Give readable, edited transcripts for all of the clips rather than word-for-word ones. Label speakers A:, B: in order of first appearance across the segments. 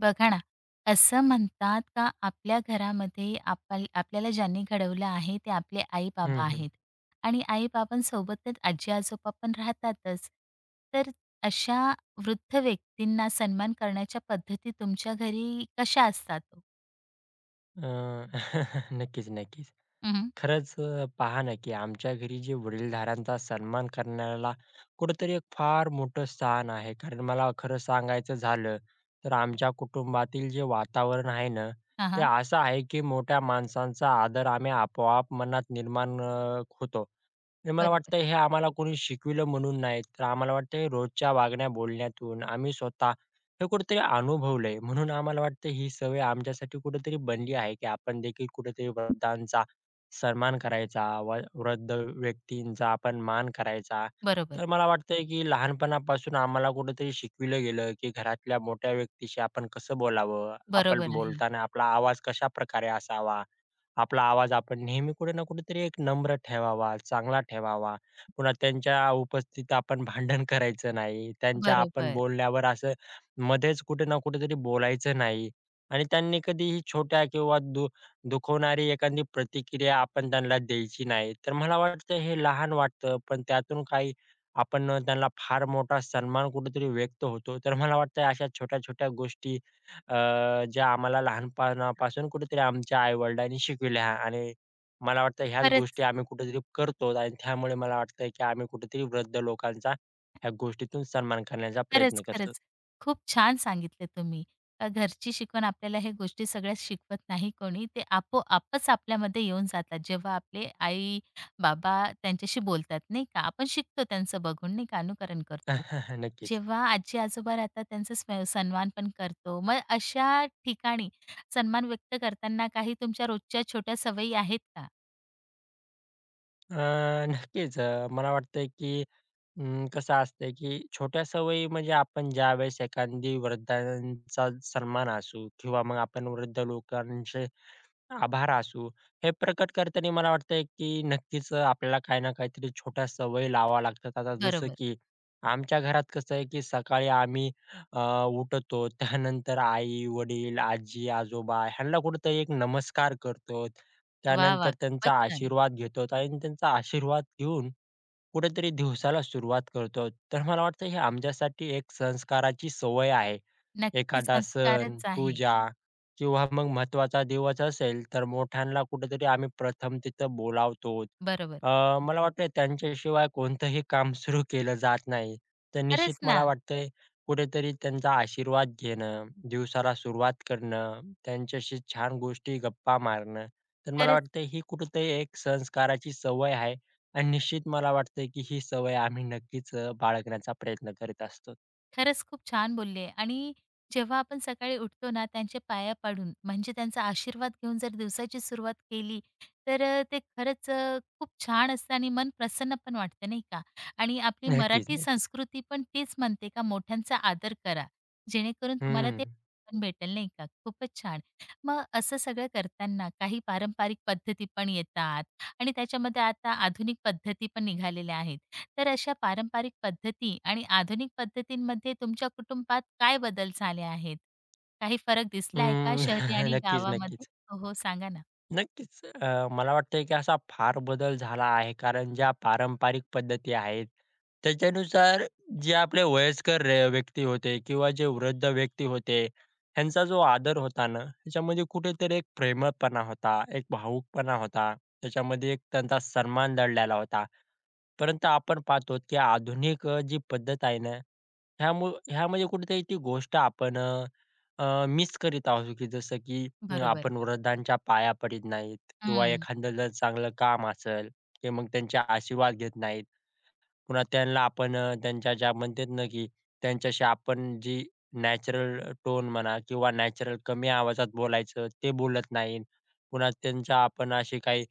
A: बघा ना, असं म्हणतात का आपल्या घरामध्ये आपल्याला ज्यांनी घडवलं आहे ते आपले
B: हं,
A: आई-बाबा
B: हं.
A: आहेत आणि आई-बाबांसोबतच आजी-आजोबा पण राहतातच. तर अशा वृद्ध व्यक्तींना सन्मान करण्याच्या पद्धती तुमच्या घरी कशा असतात ओ?
B: अ, नक्कीच, नक्कीच.
A: हं, हं.
B: खरंच पहा ना, की आमच्या घरी जे वडीलधाऱ्यांचा सन्मान करण्याला कुठेतरी एक फार मोठं स्थान आहे. कारण मला खरं सांगायचं झालं, तर आमच्या कुटुंबातील जे वातावरण आहे ना, ते
A: हां,
B: असं आहे, की मोठ्या माणसांचा आदर आम्ही आपोआप मनात निर्माण होतो. नाही, मला
A: बरोबर,
B: वाटतं हे आम्हाला कोणी शिकविलं म्हणून नाही, तर आम्हाला वाटतं हे रोजच्या वागण्या बोलण्यातून आम्ही स्वतः हे कुठेतरी अनुभवलंय. म्हणून आम्हाला वाटतं ही सवय आमच्यासाठी कुठेतरी बनली आहे, की आपण देखील कुठेतरी वृद्धांचा सन्मान करायचा, व वृद्ध व्यक्तींचा आपण मान करायचा.
A: बरोबर,
B: तर मला वाटतंय, की लहानपणापासून आम्हाला कुठेतरी शिकविलं गेलं, की घरातल्या मोठ्या व्यक्तीशी आपण कसं बोलावं, आपण
A: बरोबर आहे.
B: बोलताना आपला आवाज कशाप्रकारे असावा. आपला आवाज आपण नेहमी कुठे ना कुठेतरी एक नम्र ठेवावा, चांगला ठेवावा. पुन्हा त्यांच्या उपस्थितीत आपण भांडण करायचं नाही. त्यांच्या आपण
A: बरोबर.
B: बोलण्यावर असं मध्येच कुठे ना कुठेतरी बोलायचं नाही. आणि त्यांनी कधीही छोट्या किंवा दुखवणारी एखादी प्रतिक्रिया आपण त्यांना द्यायची नाही. तर मला वाटतं हे लहान वाटतं, पण त्यातून काही आपण त्यांना फार मोठा सन्मान कुठेतरी व्यक्त होतो. तर मला वाटतं अशा छोट्या-छोट्या गोष्टी ज्या आम्हाला लहानपणापासून कुठेतरी आमच्या आई-वडिलांनी शिकविल्या आणि मला वाटतं ह्याच
A: खरंच.
B: गोष्टी आम्ही कुठेतरी करतो आणि त्यामुळे मला वाटतं की आम्ही कुठेतरी वृद्ध लोकांचा ह्या गोष्टीतून सन्मान करण्याचा
A: खरंच,
B: प्रयत्न करतो.
A: खरंच. खूप छान सांगितलं तुम्ही. का घरची शिकवण आपल्याला ह्या गोष्टी सगळ्या शिकवत नाही कोणी. ते आपोआपच आपल्यामध्ये येऊन जातात. जेव्हा आपले आई-बाबा त्यांच्याशी बोलतात, नाही का. आपण शिकतो त्यांचं बघून, नाही का, अनुकरण करतो.
B: नक्कीच.
A: जेव्हा आजी-आजोबा राहतात त्यांचा सन्मान पण करतो. मग अशा ठिकाणी सन्मान व्यक्त करताना काही तुमच्या रोजच्या छोट्या सवयी आहेत का?
B: अ, नक्कीच मला वाटतं की कसं असतं की छोट्या सवयी म्हणजे आपण ज्यावेळेस एखादी वृद्धांचा सन्मान असू किंवा मग आपण वृद्ध लोकांशी आभार असू, हे प्रकट करताना मला वाटतंय, की नक्कीच आपल्याला काही ना काहीतरी छोट्या सवयी लावाव्या लागतात. आता जसं
A: बरोबर.
B: की आमच्या घरात कसं आहे, की सकाळी आम्ही अ, उठतो. त्यानंतर आई-वडील, आजी-आजोबा ह्यांना कुठेतरी एक नमस्कार करतो.
A: वाह! वाह!
B: त्यानंतर त्यांचा
A: खूपच छान.
B: आशीर्वाद घेतो आणि त्यांचा आशीर्वाद घेऊन कुठेतरी दिवसाला सुरुवात करतो. तर मला वाटतं, हे आमच्यासाठी एक संस्काराची सवय आहे.
A: नक्की
B: एखादा सण,
A: संस्कारच आहे.
B: पूजा किंवा मग महत्त्वाचा दिवस असेल, तर मोठ्यांना कुठेतरी आम्ही प्रथम तिथं बोलावतो.
A: बरोबर.
B: मला वाटतंय त्यांच्याशिवाय कोणतंही काम सुरू केलं जात नाही. तर निश्चित
A: खरंच ना.
B: मला वाटतंय कुठेतरी त्यांचा आशीर्वाद घेणं, दिवसाला सुरुवात करणं, त्यांच्याशी छान गोष्टी, गप्पा मारणं, तर मला
A: खरंच.
B: वाटतंय ही कुठेतरी एक संस्काराची सवय आहे आणि निश्चित मला वाटतंय की ही सवय आम्ही नक्कीच बाळगण्याचा प्रयत्न करीत असतो.
A: खरंच खूप छान बोलले आणि जेव्हा आपण सकाळी उठतो ना त्यांचे पाया पाडून म्हणजे त्यांचा आशीर्वाद घेऊन जर दिवसाची सुरुवात केली तर ते खरंच खूप छान असतं आणि मन प्रसन्न पण वाटतं नाही का आणि आपली
B: नक्कीच,
A: मराठी
B: नक्कीच.
A: संस्कृती पण तीच म्हणते का मोठ्यांचा आदर करा जेणेकरून तुम्हाला
B: हं.
A: ते पण भेटेल नाही का खूपच छान मग असं सगळं करताना काही पारंपरिक पद्धती पण येतात आणि त्याच्यामध्ये आता आधुनिक पद्धती पण निघालेल्या आहेत तर अशा पारंपरिक पद्धती आणि आधुनिक पद्धतींमध्ये तुमच्या कुटुंबात काय बदल झाले आहेत? काही फरक दिसला आहे का
B: अं,
A: शहरी आणि
B: नक्कीच,
A: गावामध्ये?
B: नक्कीच.
A: हो, हो, सांगा ना.
B: नक्कीच, मला वाटतंय की असा फार बदल झाला आहे, कारण ज्या पारंपरिक पद्धती आहेत, त्याच्यानुसार जे आपले वयस्कर व्यक्ती होते किंवा जे वृद्ध व्यक्ती होते, ह्यांचा जो आदर होता ना, त्याच्यामध्ये कुठेतरी एक प्रेमळपणा होता, एक भावुकपणा होता, त्याच्यामध्ये एक त्यांचा सन्मान दडलेला होता. परंतु आपण पाहतो की आधुनिक जी पद्धत आहे ना, ह्यामध्ये कुठेतरी ती गोष्ट आपण मिस करीत आहोत, की जसं की
A: बरोबर.
B: आपण वृद्धांच्या पाया पडत नाहीत किंवा
A: हं,
B: एखादं जर चांगलं काम असेल, ते मग त्यांचे आशीर्वाद घेत नाहीत. पुन्हा त्यांना आपण त्यांच्या ज्या म्हणतात ना, की त्यांच्याशी आपण जी नॅचरल टोन म्हणा किंवा नॅचरल कमी आवाजात बोलायचं ते बोलत नाहीत. पुन्हा त्यांच्या आपण अशी काही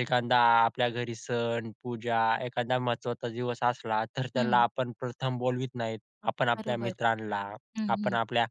B: एखादा आपल्या घरी सण, पूजा, एखादा महत्त्वाचा दिवस असला तर त्याला
A: हं.
B: आपण प्रथम बोलवीत नाहीत. आपण आपल्या
A: बरोबर.
B: मित्रांना,
A: हं,
B: आपण
A: हं.
B: आपल्या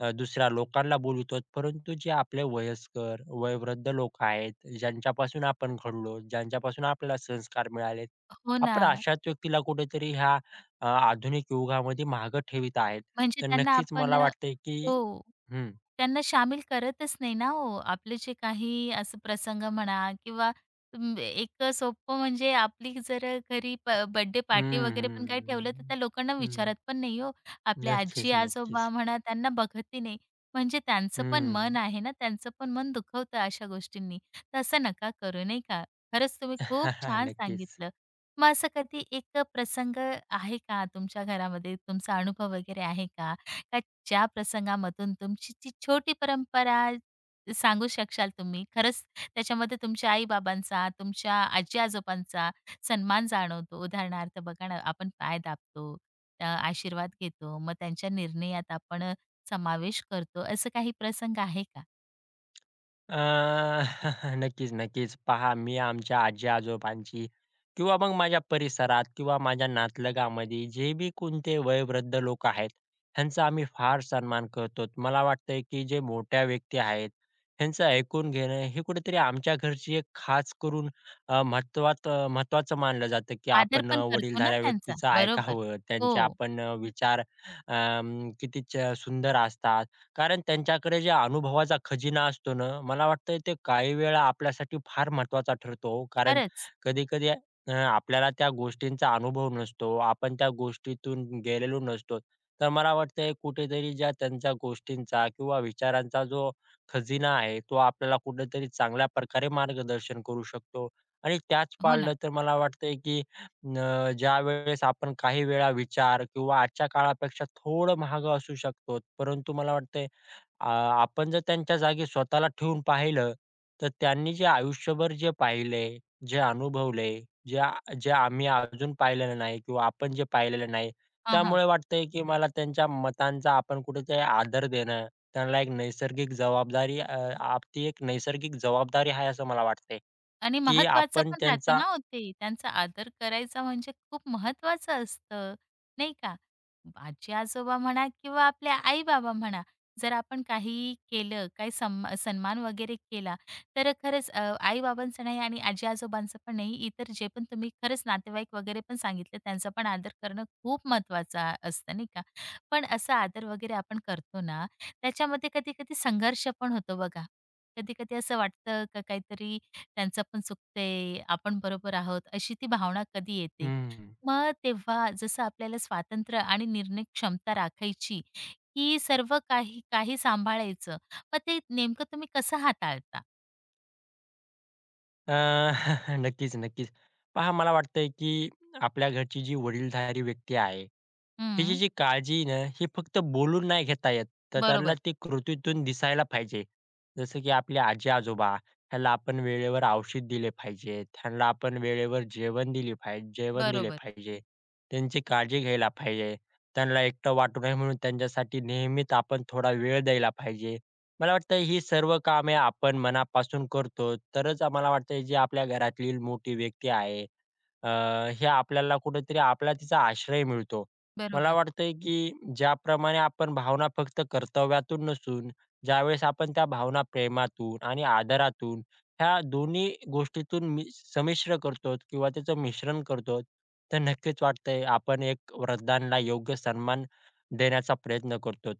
B: दुसऱ्या लोकांना बोलवतो. परंतु जे आपले वयस्कर, वयोवृद्ध लोक आहेत, ज्यांच्यापासून आपण घडलो, ज्यांच्यापासून आपल्याला संस्कार मिळाले
A: हो ना.
B: आपण अशाच व्यक्तीला कुठेतरी ह्या आधुनिक युगामध्ये मागं ठेवीत आहेत.
A: म्हणजे
B: तर
A: त्यांना
B: नक्कीच
A: आपण
B: मला वाटतंय की
A: हो.
B: हं.
A: त्यांना शामील करतच नाही ना हो. आपले जे काही असं प्रसंग म्हणा किंवा अं, एक सोपं म्हणजे आपली जर घरी बर्थडे
B: हं,
A: पार्टी वगैरे पण काही ठेवलं, तर
B: हं,
A: त्या लोकांना
B: हं. हं.
A: विचारत पण नाही हो. आपले
B: नक्कीच, नक्कीच.
A: आजी-आजोबा म्हणा त्यांना बघतही नाही. म्हणजे त्यांचं पण
B: हं.
A: मन आहे ना, त्यांचं पण मन दुखवतं अशा गोष्टींनी. तर असं नका करू नाही का. खरंच तुम्ही खूप छान
B: नक्कीच.
A: सांगितलं. मग असं कधी एक प्रसंग आहे का तुमच्या घरामध्ये, तुमचा अनुभव वगैरे आहे का? का ज्या प्रसंगामधून तुमची ती छोटी परंपरा सांगू शकाल तुम्ही? खरंच त्याच्यामध्ये तुमच्या आई-बाबांचा, तुमच्या आजी-आजोबांचा सन्मान जाणवतो. उदाहरणार्थ बघा ना, आपण पाय दाबतो, आशीर्वाद घेतो, मग त्यांच्या निर्णयात आपण समावेश करतो. असं काही प्रसंग आहे का?
B: अ, नक्कीच, नक्कीच. पहा, मी आमच्या आजी-आजोबांची किंवा मग माझ्या परिसरात किंवा माझ्या नातलगामध्ये जे बी कोणते वयोवृद्ध लोक आहेत, ह्यांचा आम्ही फार सन्मान करतो. मला वाटतंय, की जे मोठ्या व्यक्ती आहेत, ह्यांचं ऐकून घेणं हे कुठेतरी आमच्या घरची एक खास करून महत्त्वाचं मानलं जातं, की
A: आदर
B: आपण
A: पण करतो ना
B: वडीलधाऱ्या
A: त्यांचा.
B: व्यक्तीचं
A: बरोबर.
B: ऐकावं.
A: हो,
B: त्यांचे आपण विचार किती च सुंदर असतात. कारण त्यांच्याकडे जे अनुभवाचा खजिना असतो ना, मला वाटतं ते काही वेळा आपल्यासाठी फार महत्त्वाचा ठरतो हो. कारण
A: खरंच.
B: कधी-कधी आपल्याला त्या गोष्टींचा अनुभव नसतो. आपण त्या गोष्टीतून गेलेलो नसतो. तर मला वाटतंय कुठेतरी ज्या त्यांच्या गोष्टींचा किंवा विचारांचा जो खजिना आहे, तो आपल्याला कुठेतरी चांगल्या प्रकारे मार्गदर्शन करू शकतो. आणि त्याच
A: हो
B: पाळलं
A: ना.
B: तर मला वाटतंय की ज्यावेळेस आपण काही वेळा विचार किंवा आजच्या काळापेक्षा थोडं महाग असू शकतो. परंतु मला वाटतंय आ, आपण जर त्यांच्या जागी स्वतःला ठेवून पाहिलं, तर त्यांनी जे आयुष्यभर जे पाहिलंय, जे अनुभवलंय, जे आ जे आम्ही अजून पाहिलेलं नाही किंवा आपण जे पाहिलेलं नाही,
A: हां, हां.
B: त्यामुळे वाटतंय की मला त्यांच्या मतांचा आपण कुठेतरी आदर देणं, त्यांना एक नैसर्गिक जबाबदारी अ, आप ती एक नैसर्गिक जबाबदारी आहे असं मला वाटतंय,
A: आणि
B: की
A: महत्वाचं
B: आपण
A: पण राहतं
B: त्यांचा
A: ना हो ते. त्यांचा आदर करायचा म्हणजे खूप महत्वाचं असतं, नाही का? आजी-आजोबा म्हणा किंवा आपले आई-बाबा म्हणा, जर आपण काही केलं, काही सन्मान वगैरे केला, तर खरंच आई-बाबांचं नाही आणि आजी-आजोबांचं पण नाही, इतर जे पण तुम्ही खरंच नातेवाईक वगैरे पण सांगितले, त्यांचा पण आदर करणं खूप महत्वाचं असतं, नाही का? पण असा आदर वगैरे आपण करतो ना, त्याच्यामध्ये कधी-कधी संघर्ष पण होतो बघा. कधी-कधी असं वाटतं का काहीतरी त्यांचं पण चुकतंय, आपण बरोबर आहोत, अशी ती भावना कधी येते.
B: हं.
A: मग तेव्हा जसं आपल्याला स्वातंत्र्य आणि निर्णय क्षमता राखायची, की सर्व काही काही सांभाळायचं, मग ते नेमकं तुम्ही कसं हाताळता?
B: अ, नक्कीच, नक्कीच. पहा मला वाटतंय की आपल्या घरची जी वडीलधारी व्यक्ती आहे हिची
A: हं,
B: जी काळजी आहे ना, ही फक्त बोलून नाही घेता येत, तर त्यांना
A: बरोबर,
B: ती कृतीतून दिसायला पाहिजे. जसं की आपले आजी-आजोबा, ह्याला आपण वेळेवर औषध दिले पाहिजे, त्यांना आपण वेळेवर जेवण दिली जेवण दिले
A: बरोबर,
B: पाहिजे. त्यांची काळजी घ्यायला पाहिजे. त्यांना एकटं वाटू नये म्हणून त्यांच्यासाठी नेहमीच आपण थोडा वेळ द्यायला पाहिजे. मला वाटतं ही सर्व कामे आपण मनापासून करतो, तरच मला वाटतं जी आपल्या घरातील मोठी व्यक्ती आहे अ, हे आपल्याला कुठेतरी आपला तिचा आश्रय मिळतो. मला
A: बरोबर.
B: वाटतंय की ज्याप्रमाणे आपण भावना फक्त कर्तव्यातून नसून, ज्यावेळेस आपण त्या भावना प्रेमातून आणि आदरातून ह्या दोन्ही गोष्टीतून मी संमिश्र करतो किंवा त्याचं मिश्रण करतो, तर नक्कीच वाटतंय आपण एक वृद्धांना योग्य सन्मान देण्याचा प्रयत्न करतो.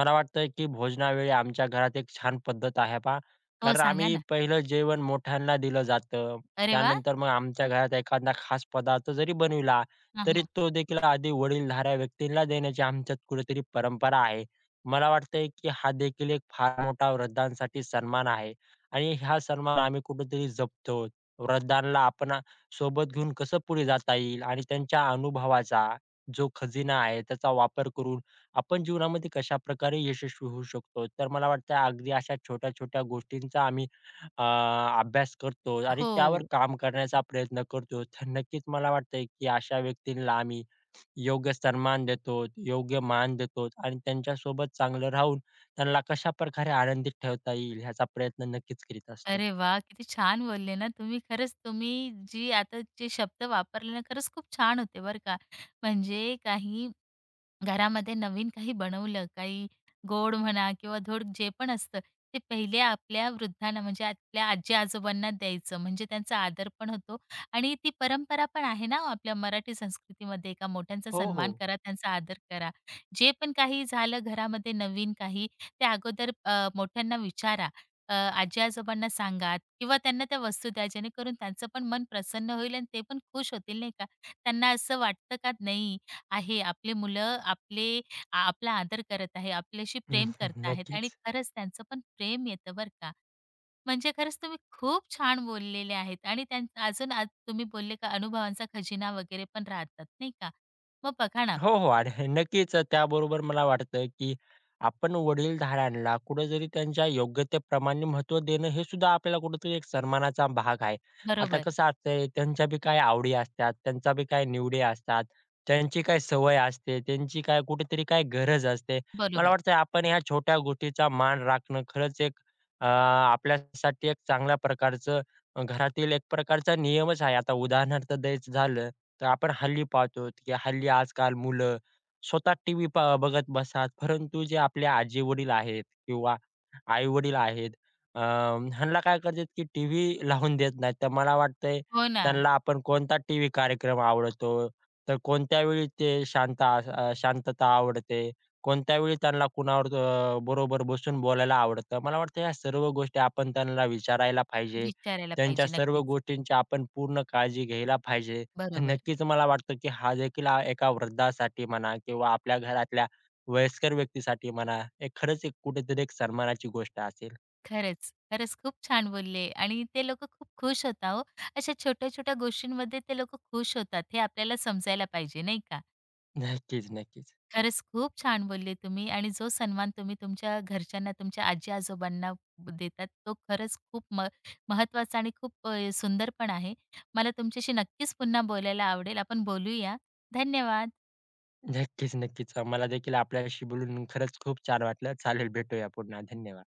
B: मला वाटतं की भोजनावेळी आमच्या घरात एक छान पद्धत आहे पहा,
A: हो,
B: कारण
A: सांगा
B: आम्ही
A: ना.
B: पहिलं जेवण मोठ्यांना दिलं जातं.
A: अरे वाह!
B: त्यानंतर मग आमच्या घरात एखादा खास पदार्थ जरी बनविला,
A: हां,
B: तरी
A: हां.
B: तो देखील आधी वडीलधाऱ्या व्यक्तींना देण्याची आमच्यात कुठेतरी परंपरा आहे. मला वाटतंय की हा देखील एक फार मोठा वृद्धांसाठी सन्मान आहे आणि हा सन्मान आम्ही कुठेतरी जपतो. वृद्धांना आपण सोबत घेऊन कसं पुढे जाता येईल आणि त्यांच्या अनुभवाचा जो खजिना आहे, त्याचा वापर करून आपण जीवनामध्ये कशाप्रकारे यशस्वी होऊ शकतो. तर मला वाटतं अगदी अशा छोट्या-छोट्या गोष्टींचा आम्ही अ, अभ्यास करतो आणि त्यावर
A: हो.
B: काम करण्याचा प्रयत्न करतो. तर नक्कीच मला वाटतंय, की अशा व्यक्तींना आम्ही योग्य सन्मान देतो, योग्य मान देतो आणि त्यांच्यासोबत चांगलं राहून त्यांना कशाप्रकारे आनंदित ठेवता येईल ह्याचा प्रयत्न नक्कीच करीत असतो.
A: अरे वाह! किती छान बोलले ना तुम्ही. खरंच तुम्ही जी आता जे शब्द वापरले ना, खरंच खूप छान होते बरं का. म्हणजे काही घरामध्ये नवीन काही बनवलं, काही गोड म्हणा किंवा धोड जे पण असतं, ते पहिले आपल्या वृद्धांना म्हणजे आपल्या आजी-आजोबांना द्यायचं. म्हणजे त्यांचा आदर पण होतो आणि ती परंपरा पण आहे ना आपल्या मराठी संस्कृतीमध्ये का मोठ्यांचा
B: हो,
A: सन्मान
B: हो.
A: करा, त्यांचा आदर करा. जे पण काही झालं घरामध्ये नवीन काही, ते अगोदर मोठ्यांना विचारा. आजी-आजोबांना सांगा किंवा त्यांना त्या वस्तू द्या, जेणेकरून त्यांचं पण मन प्रसन्न होईल आणि ते पण खुश होतील, नाही का? त्यांना असं वाटतं का नाही आहे. आपले मुलं आपले आपला आदर करत आहे, आपल्याशी प्रेम करत आहेत आणि
B: नक्कीच.
A: खरंच त्यांचं पण प्रेम येतं बरं का. म्हणजे खरंच तुम्ही खूप छान बोललेले आहेत आणि अजून आज तुम्ही बोलले का अनुभवांचा खजिना वगैरे पण राहतात नाही का. मग बघा ना
B: हो, हो. आणि नक्कीच त्याबरोबर मला वाटतं, की आपण वडीलधाऱ्यांना कुठेतरी त्यांच्या योग्यतेप्रमाणे महत्त्व देणं हे सुद्धा आपल्याला कुठेतरी एक सन्मानाचा भाग आहे. आता
A: बरोबर,
B: कसं असतंय त्यांच्या बी काय आवडी असतात, त्यांच्या बी काही निवडी असतात, त्यांची काय सवय असते, त्यांची काय कुठेतरी काय गरज असते. मला
A: बरोबर.
B: वाटतं आपण ह्या छोट्या गोष्टीचा मान राखणं खरंच एक आपल्यासाठी एक चांगल्या प्रकारचं घरातील एक प्रकारचा नियमच आहे. आता उदाहरणार्थ द्यायचं झालं तर आपण हल्ली पाहतो की हल्ली आजकाल मुलं स्वतः टीव्ही बघत बसतात. परंतु जे आपले आजी-वडील आहेत किंवा आई-वडील आहेत, अ, ह्यांना काय करतात की टीव्ही लावून देत नाहीत. तर मला वाटतंय
A: हो ना,
B: त्यांना आपण कोणता टीव्ही कार्यक्रम आवडतो, तर कोणत्या वेळी ते शांत शांतता आवडते, कोणत्या वेळी त्यांना कुणावर बरोबर बसून बोलायला आवडतं. मला वाटतं ह्या सर्व गोष्टी आपण त्यांना विचारायला पाहिजे.
A: विचारायला
B: त्यांच्या
A: पाहिजे
B: सर्व
A: नक्कीच.
B: गोष्टींची आपण पूर्ण काळजी घ्यायला पाहिजे. तर
A: बरोबर.
B: नक्कीच मला वाटतं, की हा देखील हा एका वृद्धासाठी म्हणा किंवा आपल्या घरातल्या वयस्कर व्यक्तीसाठी म्हणा, हे खरंच एक कुठेतरी एक सन्मानाची गोष्ट असेल.
A: खरंच, खरंच खूप छान बोलले आणि ते लोकं खूप खुश होता हो. अशा छोट्या-छोट्या गोष्टींमध्ये ते लोकं खुश होतात हे आपल्याला समजायला पाहिजे नाही का.
B: नक्कीच, नक्कीच.
A: खरंच खूप छान बोलले तुम्ही आणि जो सन्मान तुम्ही तुमच्या घरच्यांना, तुमच्या आजी-आजोबांना देतात, तो खरंच खूप महत्त्वाचा आणि खूप सुंदर पण आहे. मला तुमच्याशी नक्कीच पुन्हा बोलायला आवडेल. आपण बोलूया. धन्यवाद.
B: नक्कीच, नक्कीच. मला देखील आपल्याशी बोलून खरंच खूप छान वाटलं. चालेल, भेटूया पुन्हा. धन्यवाद.